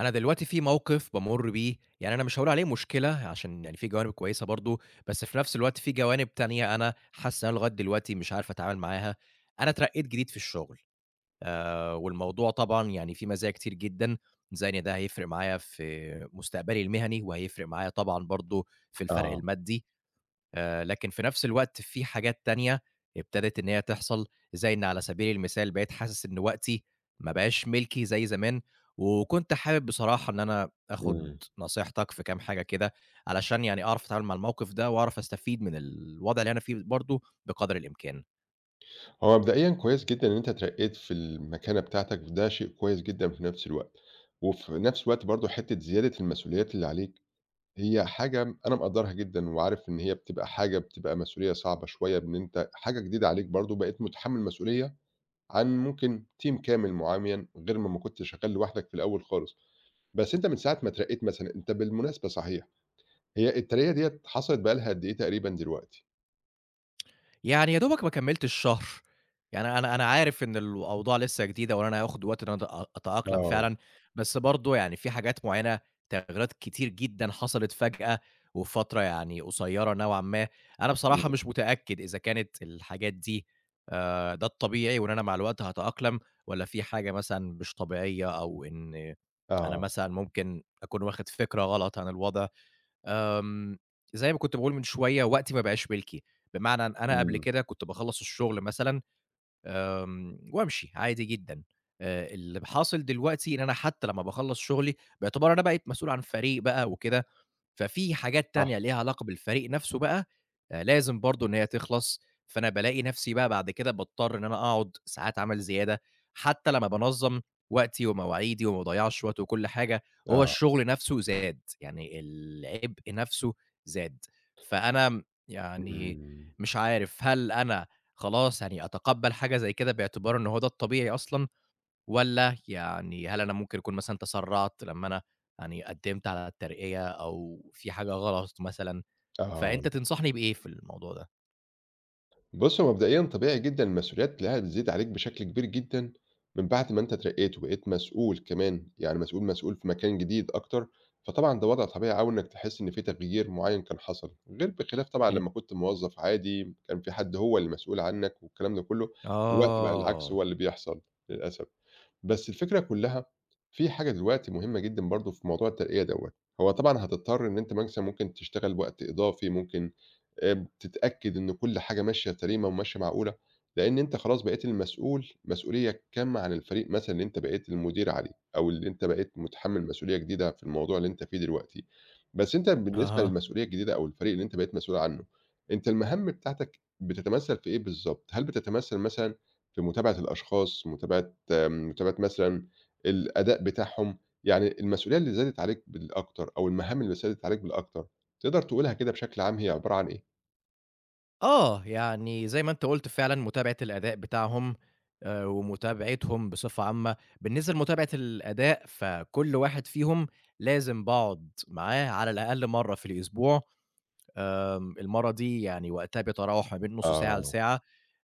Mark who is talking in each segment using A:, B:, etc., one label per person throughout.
A: أنا دلوقتي في موقف بامُر بيه، يعني أنا مش هاقول عليه مشكلة عشان يعني في جوانب كويسة برضه، بس في نفس الوقت في جوانب تانية أنا حاسس إن أنا لغاية دلوقتي مش عارف أتعامل معاها. أنا اترقيت جديد في الشغل، والموضوع طبعًا يعني فيه مزايا كتير جدًا، زي إن ده هيفرق معايا في مستقبلي المهني، وهيفرق معايا طبعًا برضه في الفرق
B: آه.
A: المادي. لكن في نفس الوقت في حاجات تانية ابتدت إن هي تحصل، زي إن على سبيل المثال بقيت حاسس إن وقتي ما بقاش ملكي زي زمان، وكنت حابب بصراحة إن أنا
B: إمم،
A: آخد نصيحتك في كام حاجة كده، علشان يعني أعرف أتعامل مع الموقف ده، وأعرف أستفيد من الوضع اللي أنا فيه برضه بقدر الإمكان.
B: هو مبدئيًا كويس جدًا إن أنت اترقيت في المكانة بتاعتك، وده شيء كويس جدًا في نفس الوقت، وفي نفس الوقت برضه حتة زيادة المسؤوليات اللي عليك هي حاجة أنا مقدّرها جدًا، وعارف إن هي بتبقى مسؤولية صعبة شوية، بإن أنت حاجة جديدة عليك برضه، بقيت متحمل مسؤولية عن ممكن team كامل معيّن، غير ما كنت شغال لوحدك في الأول خالص. بس أنت من ساعة ما اترقيت مثلًا، أنت بالمناسبة صحيح، هي الترقية ديّة حصلت بقى لها قد إيه تقريبًا دلوقتي؟
A: يعني يا دوبك ما كمّلتش شهر، يعني أنا عارف إن الأوضاع لسه جديدة وإن أنا هياخد وقت إن أنا أتأقلم
B: آه.
A: فعلًا، بس برضه يعني في حاجات معيّنة، تغييرات كتير جدًا حصلت فجأة وفي فترة يعني قصيّرة نوعًا ما. أنا بصراحة
B: إمم.
A: مش متأكد إذا كانت الحاجات دي ده الطبيعي وإن أنا مع الوقت هاتأقلم، والّا في حاجة مثلًا مش طبيعية، أو إن أنا
B: آه.
A: مثلًا ممكن أكون واخد فكرة غلط عن الوضع. آمم، زي ما كنت باقول من شوية، وقتي ما بقاش ملكي، بمعنى إن أنا قبل
B: إمم.
A: كده كنت باخلّص الشغل مثلًا وأمشي عادي جدًا. اللي حاصل دلوقتي إن أنا حتى لمّا باخلّص شغلي باعتبار أنا بقيت مسؤول عن فريق بقى وكده، ففي حاجات
B: صح.
A: تانية ليها علاقة بالفريق نفسه بقى، لازم برضه إن هي تخلص، فأنا بالاقي نفسي بقى بعد كده باضطر إن أنا أقعد ساعات عمل زيادة، حتى لمّا بانظّم وقتي ومواعيدي وما باضيّعش وقت وكل حاجة. هو
B: آه.
A: الشغل نفسه زاد، يعني العبء نفسه زاد، فأنا يعني
B: إمم.
A: مش عارف هل أنا خلاص يعني أتقبّل حاجة زي كده باعتبار إن هو ده الطبيعي أصلًا؟ والّا يعني هل أنا ممكن أكون مثلًا تسرّعت لمّا أنا يعني قدّمت على الترقية، أو في حاجة غلط مثلًا،
B: آه.
A: فأنت تنصحني بإيه في الموضوع ده؟
B: بُص هو مبدئيًا طبيعي جدًا المسؤوليات تلاقيها بتزيد عليك بشكل كبير جدًا، من بعد ما أنت اترقيت وبقيت مسؤول كمان، يعني مسؤول مسؤول في مكان جديد أكتر، فطبعًا ده وضع طبيعي أوي إنك تحس إن في تغيير معيّن كان حصل، غير بخلاف طبعًا
A: إمم.
B: لمّا كنت موظف عادي كان في حد هو اللي مسؤول عنك والكلام ده كله، دلوقتي بقى العكس هو
A: آه.
B: اللي بيحصل للأسف. بس الفكرة كلّها في حاجة دلوقتي مهمة جدًا برضه في موضوع الترقية دوّة، هو طبعًا هتضطر إن أنت مثلًا ممكن تشتغل وقت إضافي، ممكن تتأكد إن كل حاجة ماشية سليمة وماشية معقولة، لإن أنت خلاص بقيت المسؤول مسؤولية كامة عن الفريق مثلًا اللي أنت بقيت المدير عليه، أو اللي أنت بقيت متحمّل مسؤولية جديدة في الموضوع اللي أنت فيه دلوقتي. بس أنت بالنسبة
A: أها.
B: للمسؤولية الجديدة أو الفريق اللي أنت بقيت مسؤول عنه، أنت المهام بتاعتك بتتمثّل في إيه بالضبط؟ هل بتتمثّل مثلًا في متابعة الأشخاص، متابعة مثلًا الأداء بتاعهم، يعني المسؤولية اللي زادت عليك بالأكتر أو المهام اللي زادت عليك بالأكتر، تقدر تقولها كده بشكل عام هي عبارة عن إيه؟
A: آه. يعني زي ما أنت قُلت فعلًا متابعة الأداء بتاعهم، ومتابعتهم بصفة عامة. بالنسبة لمتابعة الأداء فكل واحد فيهم لازم باقعد معاه على الأقل مرّة في الأسبوع. المَرّة دي يعني وقتها بيتراوح ما بين نُص ساعة
B: آه.
A: لساعة،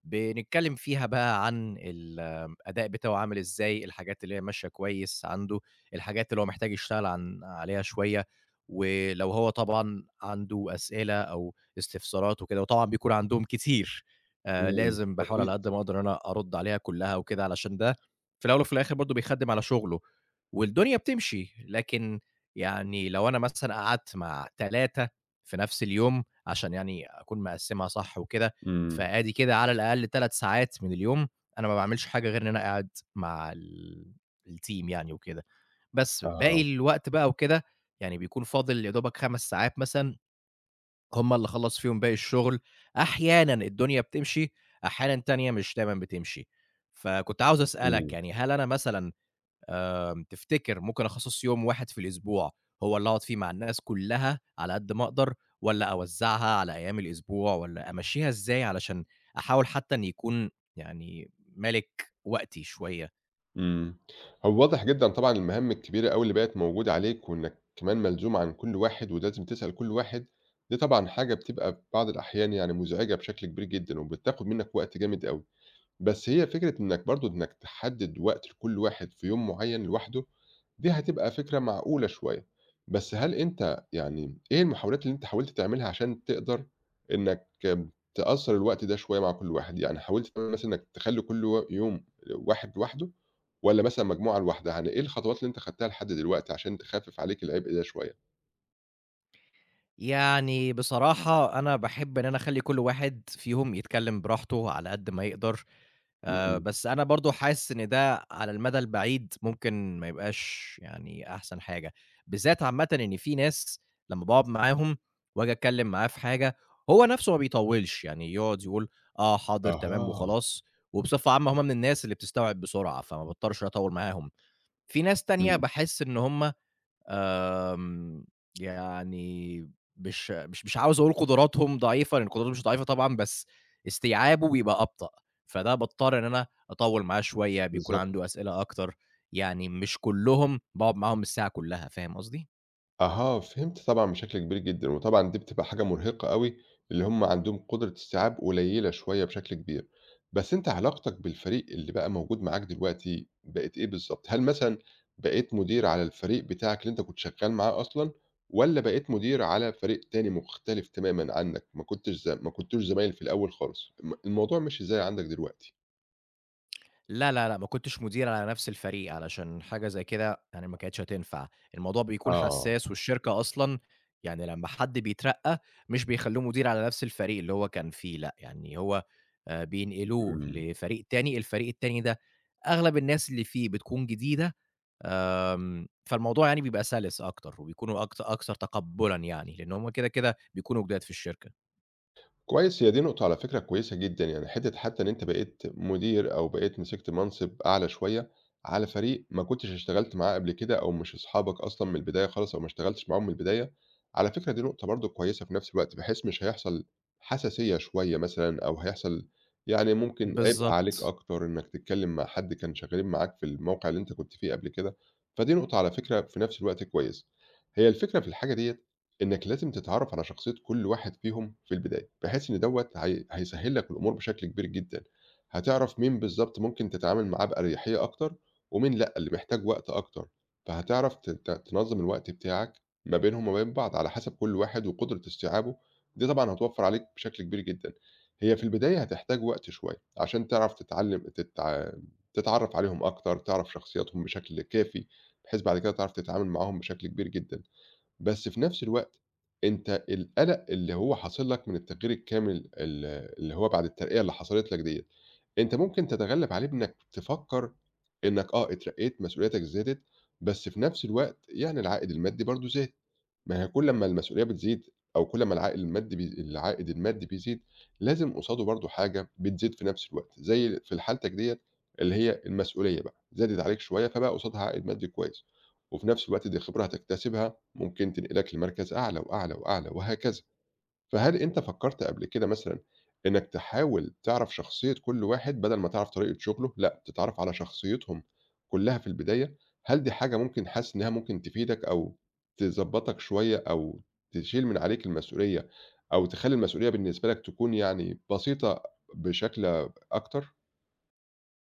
A: بنتكلّم فيها بقى عن الأداء بتاعه عامل إزاي، الحاجات اللي هي ماشية كويس عنده، الحاجات اللي هو محتاج يشتغل عليها شوية، ولو هو طبعًا عنده أسئلة أو استفسارات وكده، وطبعًا بيكون عندهم كتير،
B: إمم.
A: لازم باحاول على
B: أكيد.
A: قد ما أقدر إن أنا أرُد عليها كلّها وكده، علشان ده في الأول وفي الآخر برضه بيخدِّم على شُغله. والدنيا بتمشي، لكن يعني لو أنا مثلًا قعدت مع 3 في نفس اليوم عشان يعني أكون مقسّمها صح وكده،
B: إمم.
A: فآدي كده على الأقل 3 ساعات من اليوم أنا ما باعملش حاجة غير إن أنا قاعد مع الteam يعني وكده. بس باقي
B: أها.
A: الوقت بقى وكده، يعني بيكون فاضل يا دوبك 5 ساعات مثلًا، هم اللي أخلّص فيهم باقي الشغل. أحيانًا الدنيا بتمشي، أحيانًا تانية مش دايمًا بتمشي. فكنت عاوز أسألك
B: إمم.
A: يعني هل أنا مثلًا تفتكر ممكن أخصّص يوم واحد في الأسبوع هو اللي أقعد فيه مع الناس كلّها على قد ما أقدر، والّا أوزّعها على أيام الأسبوع، والّا أمشّيها إزاي علشان أحاول حتّى إن يكون يعني مالِك وقتي شوية؟
B: إمم. هو واضح جدًا طبعًا المهام الكبيرة أوي اللي بقت موجودة عليك، وإنك كمان ملزوم عن كل واحد ولازم تسأل كل واحد، دي طبعًا حاجة بتبقى في بعض الأحيان يعني مزعجة بشكل كبير جدًا، وبتاخد منك وقت جامد أوي، بس هي فكرة إنك برضه إنك تحدد وقت لكل واحد في يوم معين لوحده، دي هتبقى فكرة معقولة شوية، بس هل أنت يعني إيه المحاولات اللي أنت حاولت تعملها عشان تقدر إنّك تقصّر الوقت ده شوية مع كل واحد؟ يعني حاولت تعمل مثلًا إنّك تخلّي كل يوم واحد لوحده والّا مثلًا مجموعة لوحدها؟ يعني إيه الخطوات اللي أنت خدتها لحد دلوقتي عشان تخفِّف عليك العبء ده شوية؟
A: يعني بصراحة أنا باحب إن أنا أخلّي كل واحد فيهم يتكلّم براحته على قد ما يقدر،
B: إمم.
A: بس أنا برضه حاسس إن ده على المدى البعيد ممكن ما يبقاش يعني أحسن حاجة، بالذات عامةً إن في ناس لمّا باقعد معاهم وآجي أتكلّم معاه في حاجة، هو نَفْسه ما بيطوّلش، يعني يقعد يقول آه، حاضر، تمام
B: أها.
A: وخلاص، وبصفة عامة هم من الناس اللي بتستوعب بسرعة، فما باضطرش أطوّل معاهم. في ناس تانية
B: إمم.
A: باحس إن هم آمم، يعني مش عاوز أقول قدراتهم ضعيفة، لإن قدراتهم مش ضعيفة طبعًا، بس استيعابه بيبقى أبطأ، فده باضطر إن أنا أطوّل معاه شوية، بيكون
B: بالضبط.
A: عنده أسئلة أكتر، يعني مش كلّهم باقعد معاهم الساعة كلّها، فاهم قصدي؟
B: أها، فهمت طبعًا بشكل كبير جدًا، وطبعًا دي بتبقى حاجة مرهقة أوي، اللي هم عندهم قدرة استيعاب قليلة شوية بشكل كبير. بس أنت علاقتك بالفريق اللي بقى موجود معاك دلوقتي بقت إيه بالضبط؟ هل مثلًا بقيت مدير على الفريق بتاعك اللي أنت كنت شغال معاه أصلًا، والّا بقيت مدير على فريق تاني مختلف تمامًا عنك، ما كنتش ز ما كنتوش زمايل في الأول خالص؟ الموضوع مشي إزاي عندك دلوقتي؟
A: لا، لا، لأ، ما كنتش مدير على نفس الفريق، علشان حاجة زي كده يعني ما كانتش هتنفع. الموضوع بيكون
B: آه.
A: حساس، والشركة أصلًا يعني لمّا حد بيترقّى مش بيخلّوه مدير على نفس الفريق اللي هو كان فيه، لأ، يعني هو بينقلوه
B: إمم.
A: لفريق تاني، الفريق التاني ده أغلب الناس اللي فيه بتكون جديدة، فالموضوع يعني بيبقى سَلِس أكتر وبيكونوا أكثر تقبُّلًا يعني، لإن هُم كده، كده بيكونوا جداد في الشركة.
B: كويس، هي دي نقطة على فكرة كويسة جدًا، يعني حتّى إن أنت بقيت مدير أو بقيت مسكت منصب أعلى شوية على فريق ما كنتش اشتغلت معاه قبل كده أو مش أصحابك أصلًا من البداية خالص أو ما اشتغلتش معاهم من البداية، على فكرة دي نقطة برضه كويسة في نفس الوقت، بحيث مش هيحصل حساسية شوية مثلًا أو هيحصل يعني ممكن عبء عليك
A: بالضبط.
B: أكتر إنّك تتكلّم مع حد كان شغالين معاك في الموقع اللي أنت كنت فيه قبل كده، فدي نقطة على فكرة في نفس الوقت كويسة. هي الفكرة في الحاجة ديّة إنك لازم تتعرف على شخصية كل واحد فيهم في البداية، بحيث إن دوّة هي هيسهّل لك الأمور بشكل كبير جدًا، هتعرف مين بالضبط ممكن تتعامل معاه بأريحية أكتر، ومين لأ، اللي محتاج وقت أكتر، فهتعرف ت ت تنظّم الوقت بتاعك ما بينهم وما بين بعض على حسب كل واحد وقدرة استيعابه، دي طبعًا هتوفّر عليك بشكل كبير جدًا. هي في البداية هتحتاج وقت شوية عشان تعرف تتعلم تتع تتعرف عليهم أكتر، تعرف شخصياتهم بشكل كافي، بحيث بعد كده تعرف تتعامل معاهم بشكل كبير جدًا. بس في نفس الوقت أنت القلق اللي هو حاصل لك من التغيير الكامل اللي هو بعد الترقية اللي حصلت لك ديّة، أنت ممكن تتغلب عليه بإنك تفكر إنك اترقيت، مسؤولياتك زادت، بس في نفس الوقت يعني العائد المادي برضه زاد. ما هي كل أمّا المسؤولية بتزيد أو كل أمّا العائد المادي بيزيد، لازم قصاده برضه حاجة بتزيد في نفس الوقت، زي في حالتك ديّة اللي هي المسؤولية بقى، زادت عليك شوية فبقى قصادها عائد مادي كويس، وفي نفس الوقت دي خبرة هتكتسبها ممكن تنقلك لمركز أعلى وأعلى وأعلى وهكذا. فهل أنت فكّرت قبل كده مثلًا إنّك تحاول تعرف شخصية كل واحد بدل ما تعرف طريقة شُغله، لأ، تتعرّف على شخصيتهم كلّها في البداية؟ هل دي حاجة ممكن حاسس إنّها ممكن تفيدك أو تضبّطك شوية أو تشيل من عليك المسؤولية أو تخلّي المسؤولية بالنسبة لك تكون يعني بسيطة بشكل أكتر؟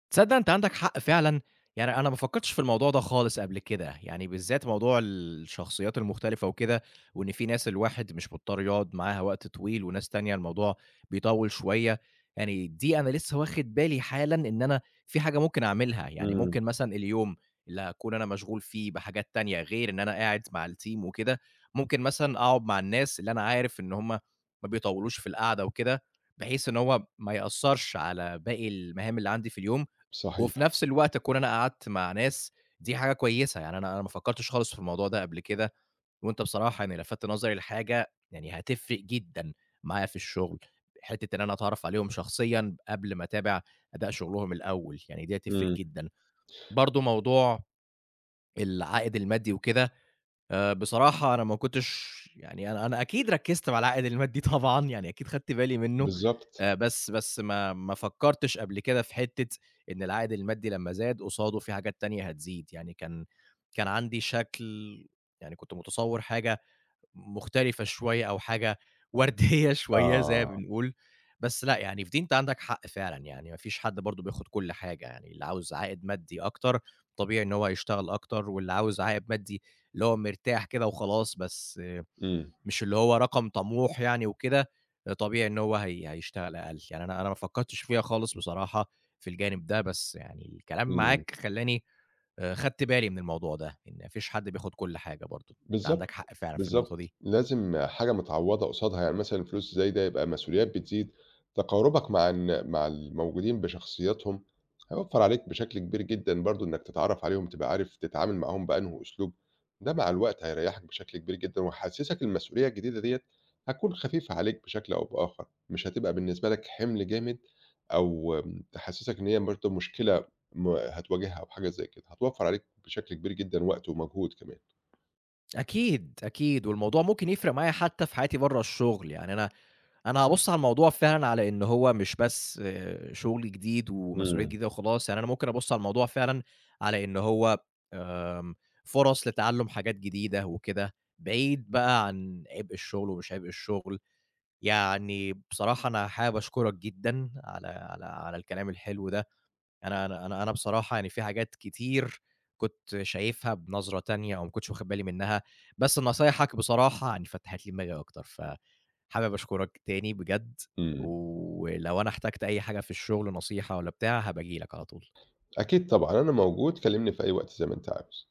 A: تصدّق أنت عندك حق فعلًا، يعني أنا ما فكّرتش في الموضوع ده خالص قبل كده، يعني بالذات موضوع الشخصيات المختلفة وكده، وإن في ناس الواحد مش مضطر يقعد معاها وقت طويل، وناس تانية الموضوع بيطوّل شوية. يعني دي أنا لسه واخد بالي حالًا إن أنا في حاجة ممكن أعملها، يعني
B: إمم.
A: ممكن مثلًا اليوم اللي هاكون أنا مشغول فيه بحاجات تانية غير إن أنا قاعد مع الteam وكده، ممكن مثلًا أقعد مع الناس اللي أنا عارف إن هم ما بيطوّلوش في القعدة وكده، بحيث إن هو ما يأثّرش على باقي المهام اللي عندي في اليوم، وفي
B: صحيح.
A: نفس الوقت أكون أنا قعدت مع ناس. دي حاجة كويسة، يعني أنا ما فكّرتش خالص في الموضوع ده قبل كده، وأنت بصراحة يعني لَفَتّ نظري لحاجة يعني هتفرق جدًا معايا في الشغل، حتّة إن أنا أتعرّف عليهم شخصيًا قبل ما أتابع أداء شغلهم الأول، يعني دي هتفرق
B: إمم.
A: جدًا. برضه موضوع العائد المادي وكده، بصراحة أنا ما كنتش، يعني أنا أكيد ركّزت مع العائد المادي طبعًا، يعني أكيد خدت بالي منّه،
B: بالضبط.
A: بس ما فكّرتش قبل كده في حتّة إن العائد المادي لمّا زاد، قصاده في حاجات تانية هتزيد. يعني كان عندي شكل، يعني كنت متصوّر حاجة مختلفة شوية، أو حاجة وردية شوية زي ما
B: آه.
A: بنقول، بس لأ، يعني في دي أنت عندك حق فعلًا، يعني ما فيش حد برضه بياخد كل حاجة. يعني اللي عاوز عائد مادي أكتر طبيعي إن هو هيشتغل أكتر، واللي عاوز عائد مادي اللي هو مرتاح كده وخلاص، بس آه،
B: إمم.
A: مش اللي هو رقم طموح يعني وكده، آه، طبيعي إن هو هيشتغل أقل، يعني أنا ما فكرتش فيها خالص بصراحة في الجانب ده، بس يعني الكلام
B: إمم.
A: معاك خلّاني خدت بالي من الموضوع ده، إن ما فيش حد بياخد كل حاجة برضه. أنت عندك
B: بالضبط،
A: حق فعلًا في النقطة
B: بالضبط.
A: دي.
B: لازم حاجة متعوّضة قصادها، يعني مثلًا الفلوس زايدة يبقى مسؤوليات بتزيد، تقاربك مع مع الموجودين بشخصياتهم هيوفّر عليك بشكل كبير جدًا برضه إنّك تتعرّف عليهم، تبقى عارف تتعامل معاهم بأنهو أسلوب، ده مع الوقت هيريّحك بشكل كبير جدًا وهيحسّسك المسؤولية الجديدة ديّة هتكون خفيفة عليك بشكل أو بآخر، مش هتبقى بالنسبة لك حِمل جامد أو تحسّسك إن هي برضه مشكلة هتواجهها أو حاجة زي كده، هتوفّر عليك بشكل كبير جدًا وقت ومجهود كمان.
A: أكيد، أكيد، والموضوع ممكن يفرق معايا حتى في حياتي برّه الشغل، يعني أنا هابُص على الموضوع فعلًا على إن هو مش بس آه، شغل جديد ومسؤوليات
B: إمم.
A: جديدة وخلاص، يعني أنا ممكن أبُص على الموضوع فعلًا على إن هو آمم، فرص لتعلُّم حاجات جديدة وكده، بعيد بقى عن عبء الشغل ومش عبء الشغل. يعني بصراحة أنا حابب أشكرك جدًا على الكلام الحلو ده. أنا بصراحة يعني في حاجات كتير كنت شايفها بنظرة تانية، أو ما كنتش واخد بالي منها، بس نصايحك بصراحة يعني فتحت لي دماغي أكتر، فحابب أشكرك تاني بجد،
B: إمم.
A: ولو أنا احتجت أي حاجة في الشغل، نصيحة والّا بتاع، هابقى أجي لك على طول.
B: أكيد طبعًا، أنا موجود كلّمني في أي وقت زي ما أنت عاوز.